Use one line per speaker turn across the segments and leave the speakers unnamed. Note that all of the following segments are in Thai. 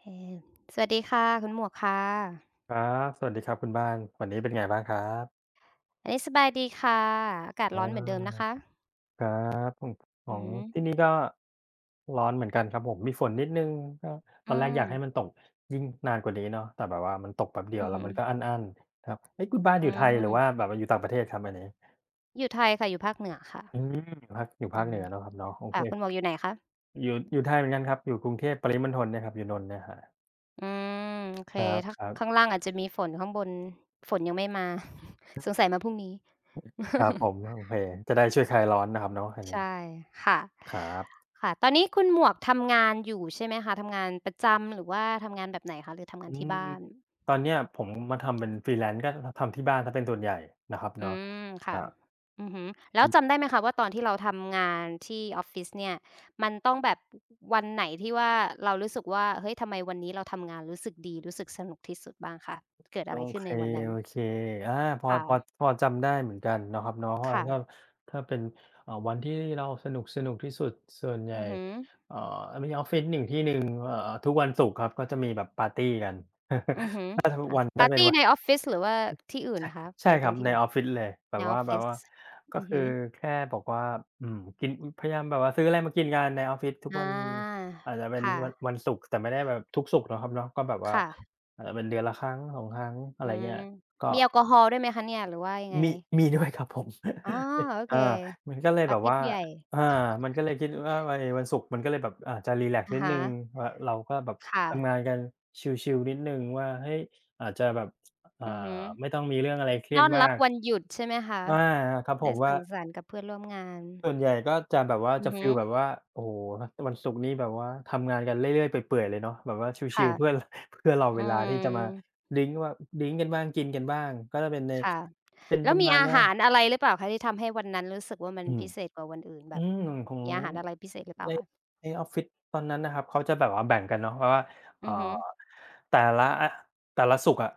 เออสวัสดีค่ะคุณหมวกค่ะ
ครับสวัสดีครับคุณบ้านวันนี้เป็นไงบ้างครับ
อันนี้สบายดีค่ะอากาศ
อ
ร้อนเหมือนเดิมนะ
า
คะ
ครับของข
อื
อ
อ
ง
ฮึ
ที่นี่ก็ร้อนเหมือนกันครับผมมีฝนนิดหนึ่งก็ต
อื
อนแรกอยากให้มัน
ม
ตกยิ่งนานกว่านี้เนาะแต่แบบว่ามันตกแป๊บเดียว
อือ
แล้ว
ฮึ
มันก็อั้นๆครับเอ๊ะคุณบ้าน
อื
อยู่ไทยหรือว่า
ม
แบบว่าอยู่ต่างประเทศครับอันนี้
อยู่ไทยค่ะอยู่ภาคเหนือค่ะ
อืมอยู่ภา
อื
คเหนื
ม
อเนาะครับเนาะโอเค
ค่ะคุณหมวกอยู่ไหนคะ
อยู่ไทยเหมือนกันครับอยู่กรุงเทพปริมณฑลเนี่ยครับอยู่นนท์เนี่ยครั
อืมโอเค
บ
ถ้า
ครับ
ข้างล่างอาจจะมีฝนข้างบนฝนยังไม่มา สงสัยมาพรุ่งนี้
ๆครับ ผมโอเคจะได้ช่วยคลายร้อนนะครับเนาะอันนี้
ใช่ค่ะ
ครับ
ค่ะตอนนี้คุณหมวกทำงานอยู่ใช่ไหมคะทำงานประจำหรือว่าทำงานแบบไหนคะหรือทำงา
อื
นที่
ม
บ้าน
ตอนเนี้ยผมมาทำเป็น Freelance ก็ทำที่บ้านเสียเป็นส่วนใหญ่นะครับ
อื
เนาะ
มค่ะ
อา
อือฮึแล้
มั
ว
น
จำได้ไหมคะว่าตอนที่เราทำงานที่ออฟฟิศเนี่ยมันต้องแบบวันไหนที่ว่าเรารู้สึกว่าเฮ้ยทำไมวันนี้เราทำงานรู้สึกดีรู้สึกสนุกที่สุดบ้างคะเกิด
โอ
อะไรขึ้
เค
นในวันนั้
ๆ
น
อเคอา
ค่ะ
พอจำได้เหมือนกันเนาะครับเนาะเพราะว่า
ค่ะ
ถ้าเป็นวันที่เราสนุกๆที่สุดส่วนใหญ่
อือฮึ
เอ่อมีออฟฟิศหนึ่งที่หนึ่งทุกวันศุกร์ครับก็จะมีแบบปาร์ตีกัน
อือฮึค่ะ ปา
ถ้า
ร์
เป็น
ตี
วัน
ในออฟฟิศหรือว่าที่อื่น
ใช่
คะ
ใช่
ไป
ค
กั
รั
น
บ
ที่
ใน
อื่น
ออฟฟิศเลย
ในออฟ
แบ
ฟิ
บ
ศ
ว่าก็
อือ
คือ
ฮึ
แค่บอกว่าอืมกินพยายามแบบว่าซื้ออะไรมากินกันในออฟฟิศทุก
อ
วัน
า
อาจจะเป็น
ค่ะ
วันศุกร์แต่ไม่ได้แบบทุกศุกร์เนาะครับเนาะก็แบบว่า
ค่ะ
อาจจะเป็นเดือนละครั้งสองครั้งอะไร
อื
เงี้ย
ม
ก็
มีแอลกอฮอล์ด้วยไหมคะเนี่ยหรือว่ายังไง
มีมีด้วยครับผม
อ๋อโอ เค
อามันก็เลย
ปา
แบ
ร์
บ
ตี
ว่า
ผู้ใหญ่
อามันก็เลยคิดว่าไอ้วันศุกร์มันก็เลยแบบอาจะรีแลกซ์
อะ
นิดห
ฮะ
นึ่งวเราก็แบบ
ค่ะ
ทำงานกันชิลๆนิดหนึ่งว่าเฮ้ยอาจจะแบบอ่า
อือฮึ
ไม่ต้องมีเรื่องอะไรเครีย
ต้
ด
อน
มา
รับ
ก
วันหยุดใช่ไหมคะ
อาครับผ
ได้
มว่า
สังสรรค์กับเพื่อนร่วมงาน
ส่วนใหญ่ก็จะแบบว่า
อือ
จะ
ฮึ
ฟีลแบบว่าโอ้โฮวันศุกร์นี่แบบว่าทำงานกันเรื่อยๆเปื่อยๆเลยเนาะแบบว่าชิลๆเพื่อ
ค่ะ
เพื่อรอ
อื
เวลาที่จะมา
ม
ดริงก์ว่าดริงก์กันบ้างกินกันบ้างก็จะเป็นใน
ค่ะ
เป็น
แล้
ป
ว
ระ
มี
มาณ
อา
ว่า
หารอะไรหรือเปล่าคะที่ทำให้วันนั้นรู้สึกว่ามัน
อืม
พิเศษกว่าวันอื่นแบ
อื
บ
มของ
มีอาหารอะไรพิเศษหรือเป
ใน
ล่าคะ
ออฟฟิศตอนนั้นนะครับเขาจะแบบว่าแบ่งกันเนาะเพราะว่าเอ่อ
อือฮึ
แต่ละอะแต่ละศุกร์อะ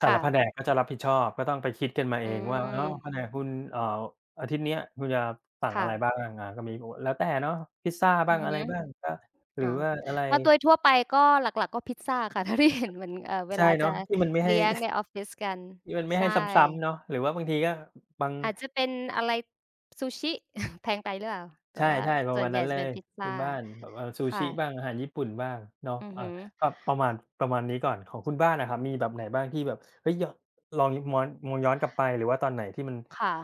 แต่ละ
ค่ะ
แผนกก็จะรับผิดชอบก็ต้องไปคิดกันมาเอ
อื
งว่า
ม
อ้าวแผนกคุณอาทิตย์เนี้ยคุณจะสั่งอะ
ค่ะ
ไรบ้างอาก็มีโอ้แล้วแต่เนาะพิซซา
อื
บ้า
อ
ง
ฮึ
อะไรบ้างก็หรือ
อ๋อ
ว่าอะไร
ถ้าโดยทั่วไปก็หลักๆก็พิซซาค่ะ เท่าที่เห็นเหมือนเว
ใช่
ลา
เนาะ
จะ
ที่มันไม่ให้
เลี้ยงในออฟฟิศกัน
ที่มันไม่ให้
ใช่
ซ้ำๆเนาะหรือว่าบางทีก็บาง
อาจจะเป็นอะไรซูชิ แพงไปหรือเปล่าแต่
ใช
ว่า
่ๆประ
ส่ว
มา
น
ณ
ให
นั้
ญ่
นเล
จะเป็
ย
นพิซ
คุ
ซา
ณบ้านแบบซูชิ
ค่ะ
บ้างอาหารญี่ปุ่นบ้างเนาะ
อือ
อา
ฮึ
ก็ประมาณนี้ก่อนของคุณบ้านอะครับมีแบบไหนบ้างที่แบบเฮ้ยยลองยม้อนมองย้อนกลับไปหรือว่าตอนไหนที่มัน
ค่ะ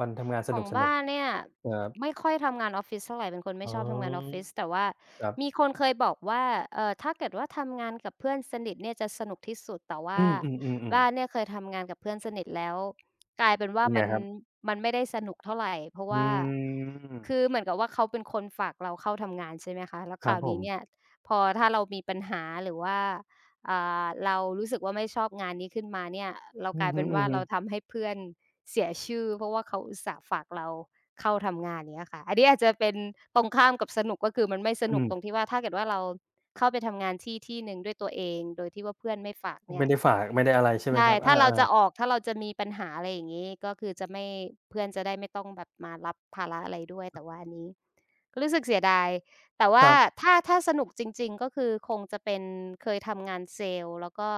วันทำงานส
ข
น
อง
ุก
บ้านเนี่ย
ๆครั
ไม่
บ
ค่อยทำงานออฟฟิศเท่าไรเป็นคน
อ๋
ไม่ชอบทำงานออฟ
อ
ฟิศแต่ว่า
ครับ
มีคนเคยบอกว่าถ้าเกิดว่าทำงานกับเพื่อนสนิทเนี่ยจะสนุกที่สุดแต่
อื
ว่า
มๆ
บ้า
ๆ
นเนี่
ๆ
ยเคยทำงานกับเพื่อนสนิทแล้วกลายเป็น
เป็
ว่า
นไง
มัน
ครับ
มันไม่ได้สนุกเท่าไรเพราะ
อื
ว่าคือ
ม
เหมือนกับว่าเขาเป็นคนฝากเราเข้าทำงานใช่ไหมคะแล้ว
ค
ค
รั
รา
บ
ว
ผ
นี้
ม
เนี่ยพอถ้าเรามีปัญหาหรือว่าอ่เรารู้สึกว่าไม่ชอบงานนี้ขึ้นมาเนี่ยเรา
อื
ก
อ
ลาย
ฮึ
เป็นว่าเรา
ๆ
ทำให้เพื่อน เสียชื่อเพราะว่าเขาอุตส่าห์ฝากเราเข้าทำงานอย่างเงี้ยค่ะอันนี้อาจจะเป็นตรงข้ามกับสนุกก็คือมันไม่ส
อื
นุกตรง
ม
ที่ว่าถ้าเกิดว่าเราเข้าไปทำงานที่ที่หนึ่งด้วยตัวเองโดยที่ว่าเพื่อนไม่ฝากเนี่
ไม่
ย
ได้ฝากไม่ได้อะไรใช่ไหมค
ใช่
รับอา
ถ้าเราจะออ
ๆ
กถ้าเราจะมีปัญหาอะไรอย่างงี้ก็คือจะไม่เพื่อนจะได้ไม่ต้องแบบมารับภาระอะไรด้วยแต่ว่าอันนี้ก็รู้สึกเสียดายแต่
ค
ว่า
รับ
ถ้าถ้าสนุกจริงๆก็คือคงจะเป็นเคยทำงานเซลส์แล้วก็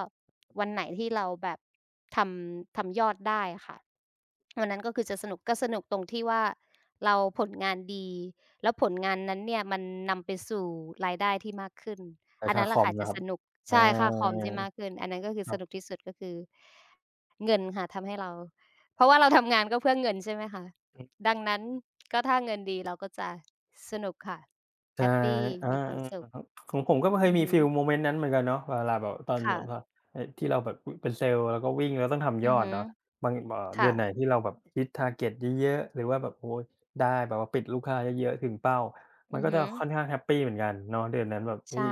วันไหนที่เราแบบททำยอดได้ค่ะ วันนั้นก็คือจะสนุกก็สนุกตรงที่ว่าเราผลงานดีแล้วผลงานนั้นเนี่ยมันนำไปสู่รายได้ที่มากขึ้น
แต่
อัน
ค่า
นั้น
ค
แหละ
อม
ค่ะ
นะ
จะ
ครั
ส
บ
นุก
อา
ใช่ค่าคอมที่มากขึ้นอันนั้นก็คือ
ค
ส
รั
นุก
บ
ที่สุดก็คือเงินค่ะทำให้เราเพราะว่าเราทำงานก็เพื่อเงินใช่ไหมคะดังนั้นก็ถ้าเงินดีเราก็จะสนุกค่ะแฮ
ใช่
ปปี
อา
มีความสุ
ๆครั
ข
บของผมก็เคย
อือ
มี
ฮึ
ฟีลโมเมนต์นั้นเหมือนกันเนาะเวลาแบบตอนแบ
ค่ะ
บว่าที่เราแบบอเป็นเซลล์แล้วก็วิ่งแล้วต้องทำย
อื
อ
อ
ด
ฮึ
เนาะบางเดื
ค่ะ
อนไหนที่เราแบบฮิต target เยอะๆหรือว่าแบบโอ้โฮได้แบบว่าปิดลูกค้าเยอะๆถึงเป้ามั
อื
น
อ
ก็จะ
ฮึ
ค่อนข้างแฮปปีเหมือนกันเนาะเดือนนั้นแบบเฮ้
ใช่
ย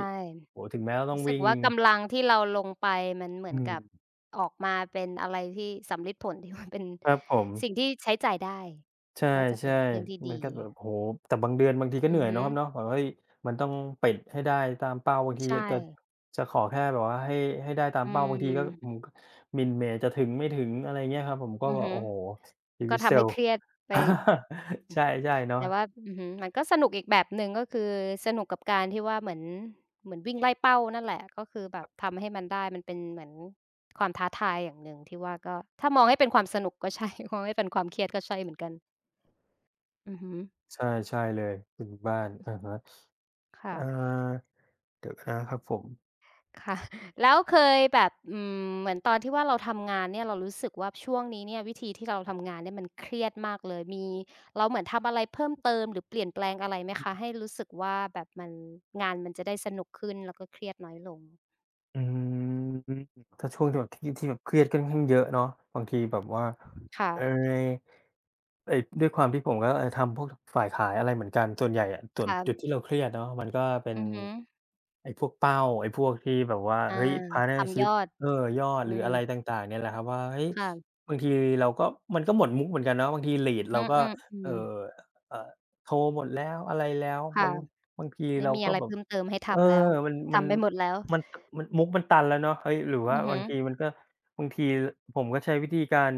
โอ้โฮถึงแม้เราต้อง
รู้สึก
วิ่ง
ว่ากำลังที่เราลงไปมันเหมื
อื
อนกับ
ม
ออกมาเป็นอะไรที่สำลิดผลที่มันเป็น
ครับผม
สิ่งที่ใช้จ่ายได้
ใช่
ก็จะเป็นเรื่องที่
ๆมัน
ดี
ก็แบบโอ้โฮแต่บางเดือนบางทีก็เห
อือ
นื่อย
ฮึ
เนาะครับเนาะแบบว่าเฮ้ยมันต้องปิดให้ได้ตามเป้าบางที
ใช่
จะจะขอแค่แบบว่าให้ได้ตาม
อื
เป้าบางทีก็อืม
ม
มิลเมย์จะถึงไม่ถึงอะไรเงี้ยครับผมก็
อือ
แบบ
ฮึ
โอ้โฮชี
ก็
วิตเซล
ทำให้
ล์
เครียดไป
ใช่ๆเนาะ
แต่ว่าอือฮึมันก็สนุกอีกแบบหนึ่งก็คือสนุกกับการที่ว่าเหมือนวิ่งไล่เป้านั่นแหละก็คือแบบทำให้มันได้มันเป็นเหมือนความท้าทายอย่างหนึ่งที่ว่าก็ถ้ามองให้เป็นความสนุกก็ใช่ มองให้เป็นความเครียดก็ใช่เหมือนกันอือฮึ
ใช่ใช่เลยถึงบ้านอะฮะ
ค่ะ
เอ่อเดี๋ยวนะครับผม
ค่ะ แล้วเคยแบบอืมเหมือนตอนที่ว่าเราทำงานเนี่ยเรารู้สึกว่าช่วงนี้เนี่ยวิธีที่เราทำงานเนี่ยมันเครียดมากเลยมีเราเหมือนทำอะไรเพิ่มเติมหรือเปลี่ยนแปลงอะไรไหมคะให้รู้สึกว่าแบบมันงานมันจะได้สนุกขึ้นแล้วก็เครียดน้อยลง
อืมถ้าช่วงที่แบบที่แบบเครียดค่อนข้างเยอะเนาะบางทีแบบว่าเอ
ค่ะ
อไอ้ด้วยความที่ผมก็ทำพวกฝ่ายขายอะไรเหมือนกันส่วนใหญ่อะส่วน
ค่ะ
จุดที่เราเครียดเนาะมันก็เป็น
อือฮึ
ไอ้พวกเป้าไอ้พวกที่แบบว่า
อา
เฮ้ย
ทำย
partnership
อด
เออยอดหรื
อื
อ
ม
อะไรต่างๆเนี่ยแหละครับว่าเฮ้ย
ค่ะ
บางทีเราก็มันก็หมดมุกเหมือนกันเนาะบางที lead
อื
เราก็เอ่อ
อๆๆ
เอ่อโทรหมดแล้วอะไรแล้ว
ค่ะ
บางที
ไม่
เรา
มี
ก็
อะไร
แบบ
เพิ่มเติมให้
เออ
ทำแล้ว
มันมัน
ทำไปหมดแล้ว
มันมันมุกมันตันแล้วเนาะเฮ้ยหรือว่า
อือฮึ
บางทีมันก็บางทีผมก็ใช้วิธีการ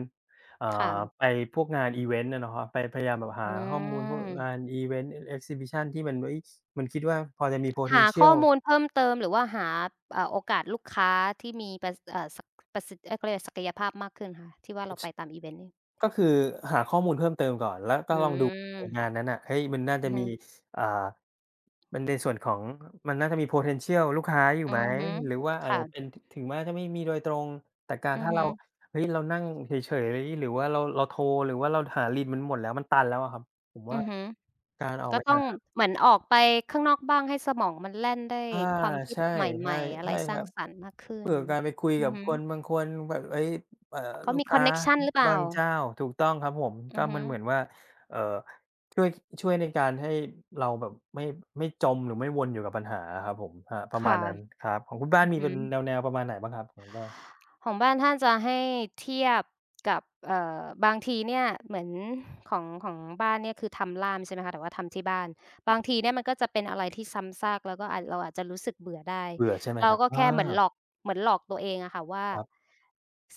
อ่า
ค่ะ
ไปพวกงานอิเวนต์อะเนาะไปพยายามแบบหา
อื
ข้อมูลพวกงาน
ม
อิเวนต์ Exhibition ที่มันเฮ้ยมันคิดว่าพอจะมี
หาข้อ
potential
มูลเพิ่มเติมหรือว่าหาโอกาสลูกค้าที่มีประสิทธิเอ๊ยเขาเรียกอะไรศักยภาพมากขึ้นค่ะที่ว่าเราไปตามอิเวนต์นี่
ก็คือหาข้อมูลเพิ่มเติมก่อนแล้วก็
อื
ลองดูไองาน
ม
นั้นน่ะเฮ้ยมันน่า
อื
จะ
อ
มี
ฮึ
อ่ามันในส่วนของมันน่าจะมี potential ลูกค้าอยู่
อื
ไหม
อฮึ
หรือว่าอาจจะเป็น
ค่ะ
ถึงแม้จะไม่มีโดยตรงแต่การ
อือ
ถ้า
ฮึ
เราเฮ้ยเรานั่งเฉยๆหรือว่าเราโทรหรือว่าเราหา lead มันหมดแล้วมันตันแล้วอะครับผมว่า
อือฮึ
การออก
ก็
ไป
ต้อ
หา
งเหมือนออกไปข้างนอกบ้างให้สมองมันแล่นได้
อา
ความคิด
ใช่
ให
ใช่
ม่ๆอะไร
ใช่
ส
ค
ร้า
รั
ง
บ
สรรค์มากขึ้น
เผื่อการไปคุย
อื
กั
อ
บ
ฮึ
คนบางคนแบบเฮ้ยเอ่อ
เขา
ลูก
มีคอ
ค้า
นเน็กชันหรือเป
บา
ล่า
งเจ้าถูกต้องครับผม
อื
ก็
อฮึ
มันเหมือนว่าเอ่อช่วยในการให้เราแบบไม่จมหรือไม่วนอยู่กับปัญหาอะครับผมครับประมาณ
ค่ะ
นั้นครับของคุณบ้าน
อือ
มี
ฮึ
เป็นแนวๆประมาณไหนบ้างครับของคุณบ้าน
ของบ้านท่านจะให้เทียบกับบางทีเนี่ยเหมือนของบ้านเนี่ยคือทำล่ามใช่ไหมคะแต่ว่าทำที่บ้านบางทีเนี่ยมันก็จะเป็นอะไรที่ซ้ำซากแล้วก็อาจเราอาจจะรู้สึกเบื่อได้
เบื่อใช่ไหมค
เรา
รับ
ก็
อา
แค่เหมือนหลอกเหมือนหลอกตัวเองอะค่ะว่า
ครับ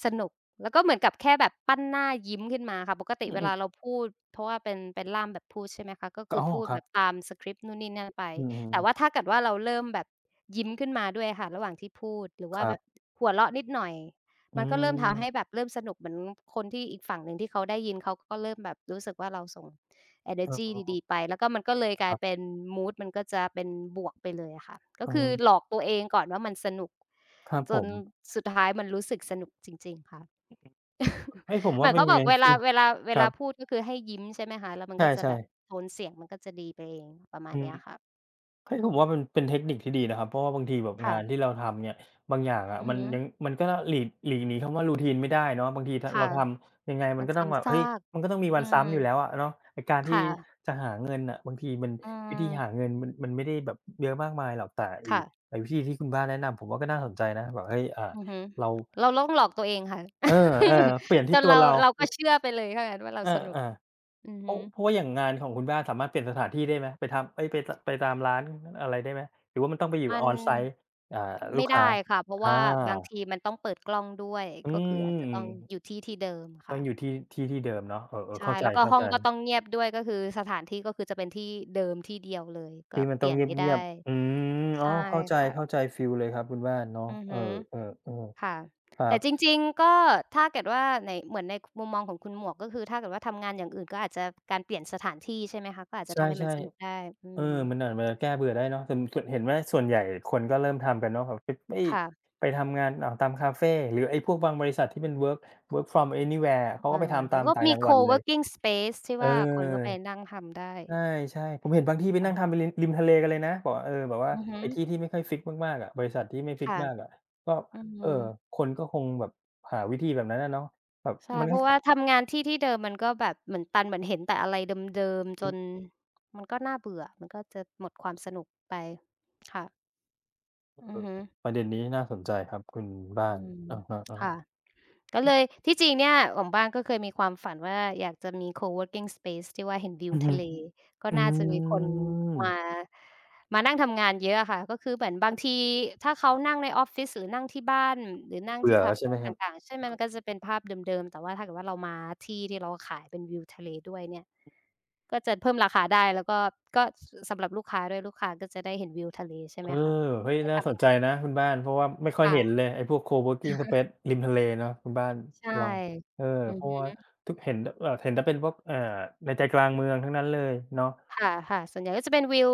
สนุกแล้วก็เหมือนกับแค่แบบปั้นหน้ายิ้มขึ้นมาค่ะปกติ
อื
เวลา
ม
เราพูดเพราะว่าเป็นล่ามแบบพูดใช่ไหมคะก็
ๆก็
คือ
อ๋อ
พูด
ครั
แบ
บ
บตามสกริปต์นู่นนี่นั่นไป
อืม
แต่ว่า
ๆ
ถ้าเกิดว่าเราเริ่มแบบยิ้มขึ้นมาด้วยค่ะระหว่างที่พูดหรือ
ค
ว่า
รั
แบบ
บ
หัวเราะนิดหน่อย
อื
มันก็เริ่มทำให้แบ
ม
บเริ่มสนุกเหมือนคนที่อีกฝั่งหนึ่งที่เขาได้ยินเขาก็เริ่มแบบรู้สึกว่าเราส่งเอเน
เ
อร์จี
ออ
ดีๆไปแล้วก็มันก็เลยก
ค
ลายเป็
รับ
นมูดมันก็จะเป็นบวกไปเลยอะค่ะก็
อื
คือหล
ม
อกตัวเองก่อนว่ามันสนุก
ครับ
จ
ผ
น
ม
สุดท้ายมันรู้สึกสนุกจริงๆค่ะ
เฮ้ยผม
เหมื
ว่า
อน
เป็น
เขา
ยั
บ
ง
อ
ไง
กเวลาเว
ครั
ลา
บ
พูดก็คือให้ยิ้มใช่ไหมคะแล้วมั
ใ
นก็จะ
ช่
แบบ
ๆ
โทนเสียงมันก็จะดีไปเองประมาณ
อืม
เนี้ยค่ะ
เฮ้ยผมว่ามันเป็นเทคนิคที่ดีนะครับเพราะว่าบางทีแบบงา
ค่ะ
นที่เราทำเนี่ยบางอย่างอะ
อือ
มัน
ฮึ
ยังมันก็หลีกหนีคำว่า r o ท t น e ไม่ได้เนาะบางทีเรา
ค่ะ
ทำยังไงมั
มั
น
น
ก็ต้องแบบ
ซ้ำซา
เฮ้ย
ก
มันก็ต้องมี
อื
วัน
ม
ซ้ำอยู่แล้วอะเนาะไอ้การที่
ค่ะ
จะหาเงินอ่ะบางทีมัน
อื
วิธีหา
ม
เงินมันไม่ได้แบบเยอะมากมายหรอกแต่
ค่ะ
ไอ้วิธีที่คุณบ้านแนะนำผมว่าก็น่าสนใจนะแบบเฮ้ยอ่า
อือฮึ
เรา
เราต้องหลอกตัวเองค่ะ
เออเออ เปลี่ยน
จ
ที่
น
ตัว
เรา
เรา
เราก็เชื่อไปเลยถ้างั้นว่าเรา
เอ
สนุก
อ
อือ
ๆ เพ
ฮึ
ราะว่าอย่างงานของคุณบ้านสามารถเปลี่ยนสถานที่ได้ไหมไปทำเอ๊ยไปตามร้านอะไรได้ไหมหรือว่ามันต้องไปอยู่
มัน
on-site อ่าลูก
ไม่
ค้า
ได้ค่ะเพราะ
อา
ว่าบางทีมันต้องเปิดกล้องด้วย
อื
ก็คืออาจ
ม
จะต้องอยู่ที่ที่เดิม
ต้อง
ค่ะ
อยู่ที่ที่เดิมเนาะเออๆเข้า
ใช่
ใ
แล้วก็ห้อ
จ
งก็ต้อง
ๆ
เงียบด้วยก็คือสถานที่ก็คือจะเป็นที่เดิมที่เดียวเลยก็
ที่มัน
เป
ต้อง
ลี่ย
เ
นไม่
งีย
ได้
บๆอืมอ๋อ
ใช่ค่ะ
เข้าใจฟีลเลยครับคุณบ้านเนาะ
อือ
เอ
ฮึ
อ
ค่ะ
ๆๆครั
แต่
บ
จริงๆก็ถ้าเกิดว่าในเหมือนในมุมมองของคุณหมวกก็คือถ้าเกิดว่าทำงานอย่างอื่นก็อาจจะการเปลี่ยนสถานที่ใช่ไหมคะก็อาจจะ
ใช
ทำให้มัน
่
สนุกได้อื
ๆ เออ
ม
มันอาจจะแก้เบื่อได้เนาะส่วนเห็นว่าส่วนใหญ่คนก็เริ่มทำกันเนาะแบบ ไปไม่
ค่ะ
ไปทำงานอ่าวตามคาเฟหรือไอ้พวกบางบริษัทที่เป็น work from anywhere เขาก็ไป
อา
ทำตา
แล้ว
ม
ก็
ต่าง
มี
จังหวัดเลย
co-working space ที่
เ
ว่าคนก็ไป
ออ
นั่งทำได้
ใช่ๆผมเห็นบางที่ไปนั่ง
ค่ะ
ทำไปริมทะเลกันเลยนะบอกว่าเออแบบว่า
อือฮึ
ไอ้ที่ที่ไม่ค่อยฟิกซ์มากๆอะบริษัทที่ไม่ฟิกซ์
ค่ะ
มากอะก็
อื
เออ
อ
คนก็คงแบบหาวิธีแบบนั้นอะเนาะแบบ
ใช่
มัน
เพ
ก็
ราะว่าทำงานที่ที่เดิมมันก็แบบเหมือนตันเหมือนเห็นแต่อะไรเดิมๆจ
อื
น
ม
มันก็น่าเบื่อมันก็จะหมดความสนุกไปค่ะ
เอ
อือ
อ
ฮึ
ประเด็นนี้น่าสนใจครับคุณบ้า
อื
น
ม
อะฮะๆ
ค่ะ ก็เลยที่จริงเนี่ยของบ้านก็เคยมีความฝันว่าอยากจะมี co-working space ที่ว่าเห็นวิว
อือฮึ
ทะเลก็
อื
น่าจะมีคน
ม
มามานั่งทำงานเยอะอะค่ะก็คือเหมือนบางทีถ้าเขานั่งในออฟฟิศหรือนั่งที่บ้านหรือนั่ง
เบื่
ที่
อ
คา
แล้ว
เฟ
ใช่ไหมครับ
ต่างๆใช่ไหมมันก็จะเป็นภาพเดิมๆแต่ว่าถ้าเกิดว่าเรามาที่ที่เราขายเป็นวิวทะเลด้วยเนี่ยก็จะเพิ่มราคาได้แล้วก็ก็สสำหรับลูกค้าด้วยลูกค้าก็จะได้เห็นวิวทะเลใช่
เอ
ไห
อ
มคะ
เฮ้
ก็
ย
ได้
น่า
ท
สนใจนะคุณบ้านเพราะว่าไม่ค่
ำ
อย
ค่ะ
เห็นเลยไอ้พวก co-working space ริมทะเลเนาะคุณบ้าน
ใช่
ลองเออ
อื
เพราะว่า
ม
ทุกเห็นเห็นแต่เป็นพวกในใจกลางเมืองทั้งนั้นเลยเนาะ
ค่ะค่ะส่วนใหญ่ก็จะเป็นวิว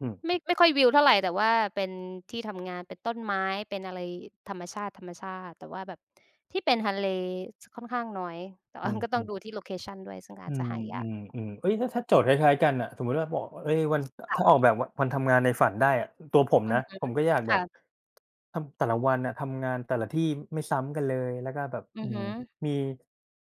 อืม
ไม่ค่อยวิวเท่าไรแต่ว่าเป็นที่ทำงานเป็นต้นไม้เป็นอะไรธรรมชาติธรรมชาติแต่ว่าแบบที่เป็นทะเลจะค่อนข้างน้อยแต่
อื
ว่ามันก็ต้องดู
ม
ที่โลเคชันด้วยซึ่ง
อื
อาจจะ
ม
หา
อื
ยาก
มอืมเฮ้ยถ้าโจทย์คล้ายๆกันน่ะสมมุติว่าบอกเฮ้ยวัน
ค่ะ
ถ้าออกแบบวันทำงานในฝันได้อะตัวผม
อือ
นะ
ฮึ
ผมก็อยากแบบ
ค่ะ
ทำแต่ละวันน่ะทำงานแต่ละที่ไม่ซ้ำกันเลยแล้วก็แบบ
อื
อื
อ
ม
ฮึ
มี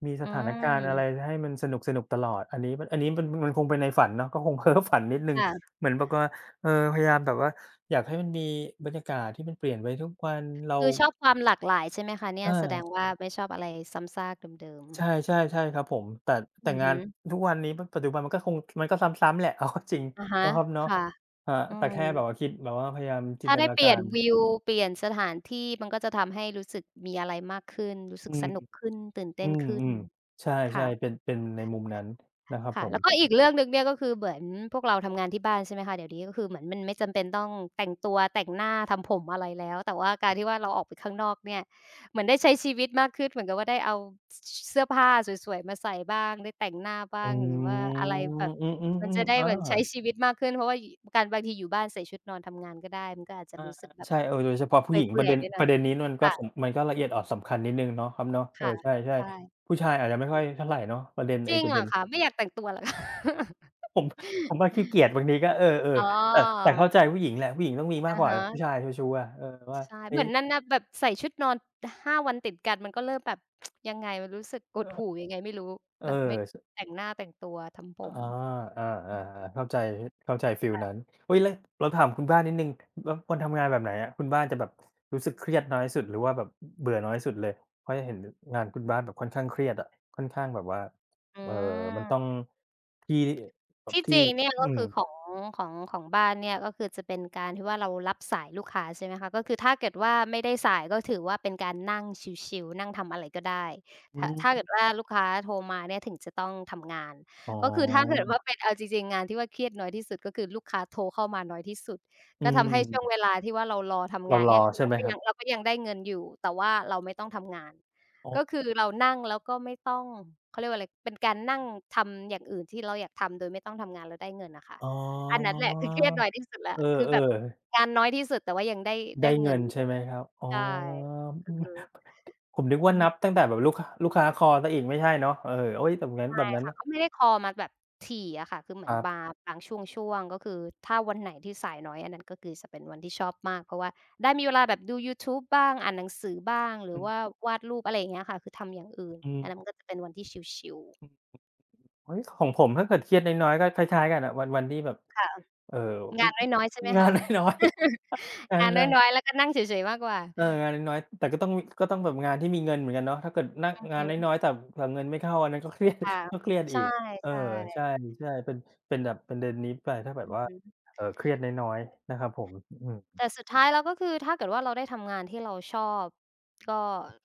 มีส
อื
ถานการณ์อะไร
ม
ให้มันสนุกๆตลอดอันนี้มันคงเป็นในฝันเนาะก็คงเพ้อฝันนิดหนึ่ง
ค่ะ
เหมือนแบบว่าเออพยายามแบบว่าอยากให้มันมีบรรยากาศที่มันเปลี่ยนไปทุกวันเรา
คือชอบความหลากหลายใช่ไหมคะเนี่ย
อา
แสดงว่าไม่ชอบอะไรซ้ำซากเดิม
ใช่ใช่ใช่ครับผมแต่
ๆ
แต่
อือ
งาน
ฮึ
ทุกวันนี้ปัจจุบันมันก็คงมันก็ซ้ำๆแหละ เอาเข้าจริง
อะฮะ
นะครับเนาะ
ค่ะ
ครับ
อื
แต่
ม
แค่แบบว่าคิดแบบว่าพยายามจิน
ถ้า
ต
ได้
นา
เป
กา
ลี่ยน
ร
วิวเปลี่ยนสถานที่มันก็จะทำให้รู้สึกมีอะไรมากขึ้นรู้สึ
อื
กส
ม
นุกขึ้นตื่น
อื
เต้นขึ้น
มๆใช่ๆเป็
ค่ะ
นเป็นในมุมนั้นนะครับผ
ค่ะ
ม
แล้วก็อีกเรื่องหนึ่งเนี่ยก็คือเหมือนพวกเราทำงานที่บ้านใช่ไหมคะเดี๋ยวนี้ก็คือเหมือนมันไม่จำเป็นต้องแต่งตัวแต่งหน้าทำผมอะไรแล้วแต่ว่าการที่ว่าเราออกไปข้างนอกเนี่ยเหมือนได้ใช้ชีวิตมากขึ้นเหมือนกับว่าได้เอาสเสื้อผ้าสวยๆมาใส่บ้างได้แต่งหน้า
อื
บ้างหรือว่าอะไรแบบ
มอื
มัน
ม
จะ
ๆๆ
ได้
อา
เหมือนใช้ชีวิตมากขึ้นเพราะว่ายการบางทีอยู่บ้านใส่ชุดนอนทำงานก็ได้มันก็อาจจะ
อา
รู้สึกแบบ
ใช่เออโดยเฉพาะผู้หญิง
เปื่อยๆไปห
ป
น่อ
ระ
ย
เด็นนี้มันก็
ค่ะ
มันก็ละเอียดอ่อนสำคัญนิดหนึ่งเนาะครับเนาะเออ
ค่ะ
ใช่
ใช่
ๆผู้ชายอาจจะไม่ค่อยเท่าไรเนาะประเด็น
จ
ไอ้
ริง
ประ
เหร
เด็
อ
น
คะไม่อยากแต่งตัวเหรอคะ
ผมผมว่าขี้เกียจบางทีก็เออ
อ๋อ
ๆแต่แต่เข้าใจผู้หญิงแหละผู้หญิงต้องมีมาก
อะ
กว่า
ฮะ
ผู้ชายเชาชูอะเออว่า
ใช่
เฮ้
เหมื
ย
อนนั่นน่ะแบบใส่ชุดนอน5วันติดกันมันก็เริ่มแบบยังไงมันรู้สึกหดหู่
เออ
ยังไงไม่รู้
เออ
แบบไม่
ส
แต่งหน้าแต่งตัวทำผ
อา
ม
ออาๆๆเข้าใจเข้าใจฟีลนั้นอุ๊ยแล้วเราถามคุณบ้านนิดหนึ่งแล้ววันทำงานแบบไหนอะคุณบ้านจะแบบรู้สึกเครียดน้อยสุดหรือว่าแบบเบื่อน้อยสุดเลยเพราะเห็นงานคุณบ้านแบบค่อนข้างเครียดอะค่อนข้างแบบว่า
อื
เอ่อมันต้อง
ม
ที่แบบ
ที่จ
ที่
ริงเนี่ยก็
อืม
คือของของบ้านเนี่ยก็คือจะเป็นการที่ว่าเรารับสายลูกค้าใช่ไหมคะก็คือถ้าเกิดว่าไม่ได้สายก็ถือว่าเป็นการนั่งชิลๆนั่งทำอะไรก็ได้
อื
ถ้าเกิ
ม
ดว่าลูกค้าโทรมาเนี่ยถึงจะต้องทำงาน
อ๋อ
ก็คือถ้าเกิดว่าเป็นเอาจริงๆงานที่ว่าเครียดน้อยที่สุดก็คือลูกค้าโทรเข้ามาน้อยที่สุด
อื
ก็ทำให้ช่วง
ม
เวลาที่ว่าเรารอทำ
เรา
งาน
ร
เนี่
อ
ยคือ
ใช่
เรา
ไหม
ก็
ครั
ยั
บ
งเราก็ยังได้เงินอยู่แต่ว่าเราไม่ต้องทำงาน
อ๋อ
ก็คือเรานั่งแล้วก็ไม่ต้องเขาเรียกว่าอะไรเป็นการนั่งทำอย่างอื่นที่เราอยากทำโดยไม่ต้องทำงานแล้วได้เงินนะค่ะ
อ๋
อันนั้
อ
นแหละคือเครียดน้อยที่สุด
เ
แล้วคือแบบ
ออ
งานน้อยที่สุดแต่ว่ายังได้
ๆ
ได้
ได้
เงิ
เงิ
น
นใช่ไหมครับอ๋อ
ใช่ ก็
อืม
คือ
ผมนึก
อื
ว่า
อฮึ
นับตั้งแต่แบบลูกค้าคอตเสียอีกไม่ใช่เนาะเออโอ๊ยแบบงั้นแบ
ใช่
บนั้น
ค่ะ
นะ
เขาไม่ได้ call มาแบบถี่อะค่ะคือเห
ค
มือน
รั
บา
บ
บางช่วงๆก็คือถ้าวันไหนที่สายน้อยอันนั้นก็คือจะเป็นวันที่ชอบมากเพราะว่าได้มีเวลาแบบดูยูทูบบ้างอ่านหนังสือบ้างหรื
อื
อว่า
ม
วาดรูปอะไรอย่างเงี้ยค่ะคือทำอย่างอื่น
อื
อันนั้นมัน
ม
ก็จะเป็นวันที่ชิล
อื
ๆ
มเฮ้ยของผมถ้าเกิดเครียดน้อยๆก็คล้ายๆกันอะวันที่แบบ
ค่ะ
เอ่ออ
งานน้อยๆใช่ไหม
งาน
คะ
น้อยๆงาน
งาน
น้อ
น้อย
ย
ๆแล้วก็นั่งเฉยๆ มากกว่า
เอองานน้อยๆแต่ก็ต้องก็ต้องแบบงานที่มีเงินเหมือนกันเนาะถ้าเกิดนั่ง
อือ
งาน
ฮึ
น้อยๆแต่แต่เงินไม่เข้าอันนั้นก็เครียด
ค่ะ
ก็เครียด
ใช
อีกเออ
่
ใช่
ๆ
ๆเป็นเป็นแบบประเด็นนี้ไปถ้าแบบ
อือ
ว่า
ฮึๆ
เครียดน้อยๆนะครับผมอืม
แต่สุดท้ายแล้วก็คือถ้าเกิดว่าเราได้ทำงานที่เราชอบก็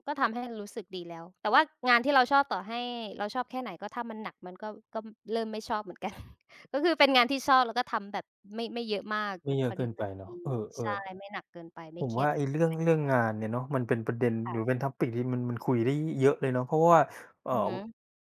ก็ทำให้รู้สึกดีแล้ว แต่ว่างานที่เราชอบต่อให้เราชอบแค่ไหนก็ถ้ามันหนักมันก็ก็เริ่มไม่ชอบเหมือนกัน ก็คือเป็นงานที่ชอบแล้วก็ทำแบบไม่เยอะมาก
ไม่
แบบ
เย
พ
อะ
อ
เกิ
ดี
นไปเนาะเออ
ๆ ใช่ไม่หนักเกินไป
ๆผ
ไม่
ม
เครีย
ว่าไอ้
ด
เรื่องเรื่องงานเนี่ยเนาะมันเป็นประเด็นหรือเป็น topic ที่มันคุยได้เยอะเลยเนาะเพราะว่าเอ่อ
อือฮึ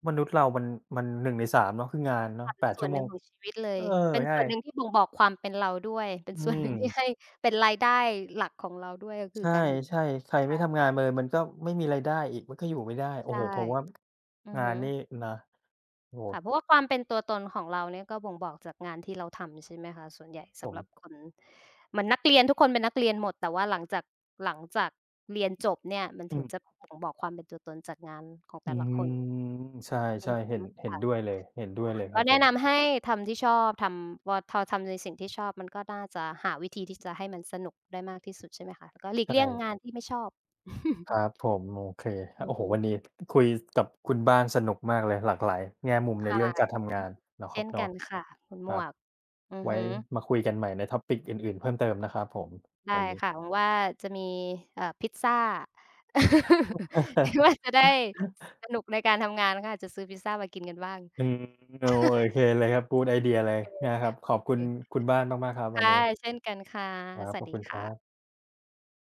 มนุษย์เรามัน1ใน3เนาะคืองานเนาะ
ค่ะเป็น
8
ส่
ชั่
วน
ว
ห
โม
นึ่
ง
งของชีวิตเล
เอ
ย
อ
เป็น
ใช่
ส่วนหนึ่งที่บ่งบอกความเป็นเราด้วย เป็น
อื
ส่วนห
ม
นึ่งที่ให้เป็นรายได้หลักของเราด้วยก็คือ
ใช่
การท
ใช่ใคร
ำ
ไม่
ค่ะ
ทำงานมาเลยมันก็ไม่มีรายได้อีกมันก็อยู่ไม่ได้โอ้
ใช่
โฮผมว่า
อือ
งาน
ฮึ
นี่นะโอ้โฮ
ค่ะเพราะว่าความเป็นตัวตนของเราเนี่ยก็บ่งบอกจากงานที่เราทำใช่ไหมคะ ส่วนใหญ่
ผ
สำ
ม
หรับคนเหมือนนักเรียนทุกคนเป็นนักเรียนหมด แต่ว่าหลังจากเรียนจบเนี่ยมัน
อื
ถึงจะ
ม
บ่งบอกความเป็นตัวตนจากงานของ
อื
แต่ละคน
ม
อื
ใช่
อ
ๆเห็น
ฮึค่ะ
ด้วยเลยเห็นด้วย
ค่ะ
เลยค
ก็
รับผ
แนะ
ม
นำให้ทำที่ชอบทำวอทอทำในสิ่งที่ชอบมันก็น่าจะหาวิธีที่จะให้มันสนุกได้มากที่สุดใช่ไหมคะแล้วก็หลี
ใ
กเลี่ยงงาน
ช่
ที่ไม่ชอบ
ค รับผมโอเค
อือ
โอ้โฮ
ฮึ
วันนี้คุยกับคุณบ้านสนุกมากเลยหลากหลายแง่มุมในเรื่องกา
ค่ะ
รทำงานเนาะครั
เช่
บ
น
เนาะ
กันค่ะคุณห
ค
ม
รั
ว
บ
กอือ
ไว้
ฮึ
มาคุยกันใหม่ใน topic อื่นๆเพิ่มเติมนะครับผม
ได้
วันนี้
ค่ะหวังว่าจะมีพิซซา คิดว่า จะได้สนุกในการทำงานก็อาจจะซื้อพิซซามากินกันบ้าง
อืมโอเคเลยครับกูดไอเดียเลย
เออ
นะครับขอ
โอ
บคุ
เค
ณคุณบ้านมากๆครับวัน
ค่ะ
นี้
เช่นกันค่ะ
ครับ
ส
ข
วัส
อบ
ดี
คุณครั
ค่ะ
บ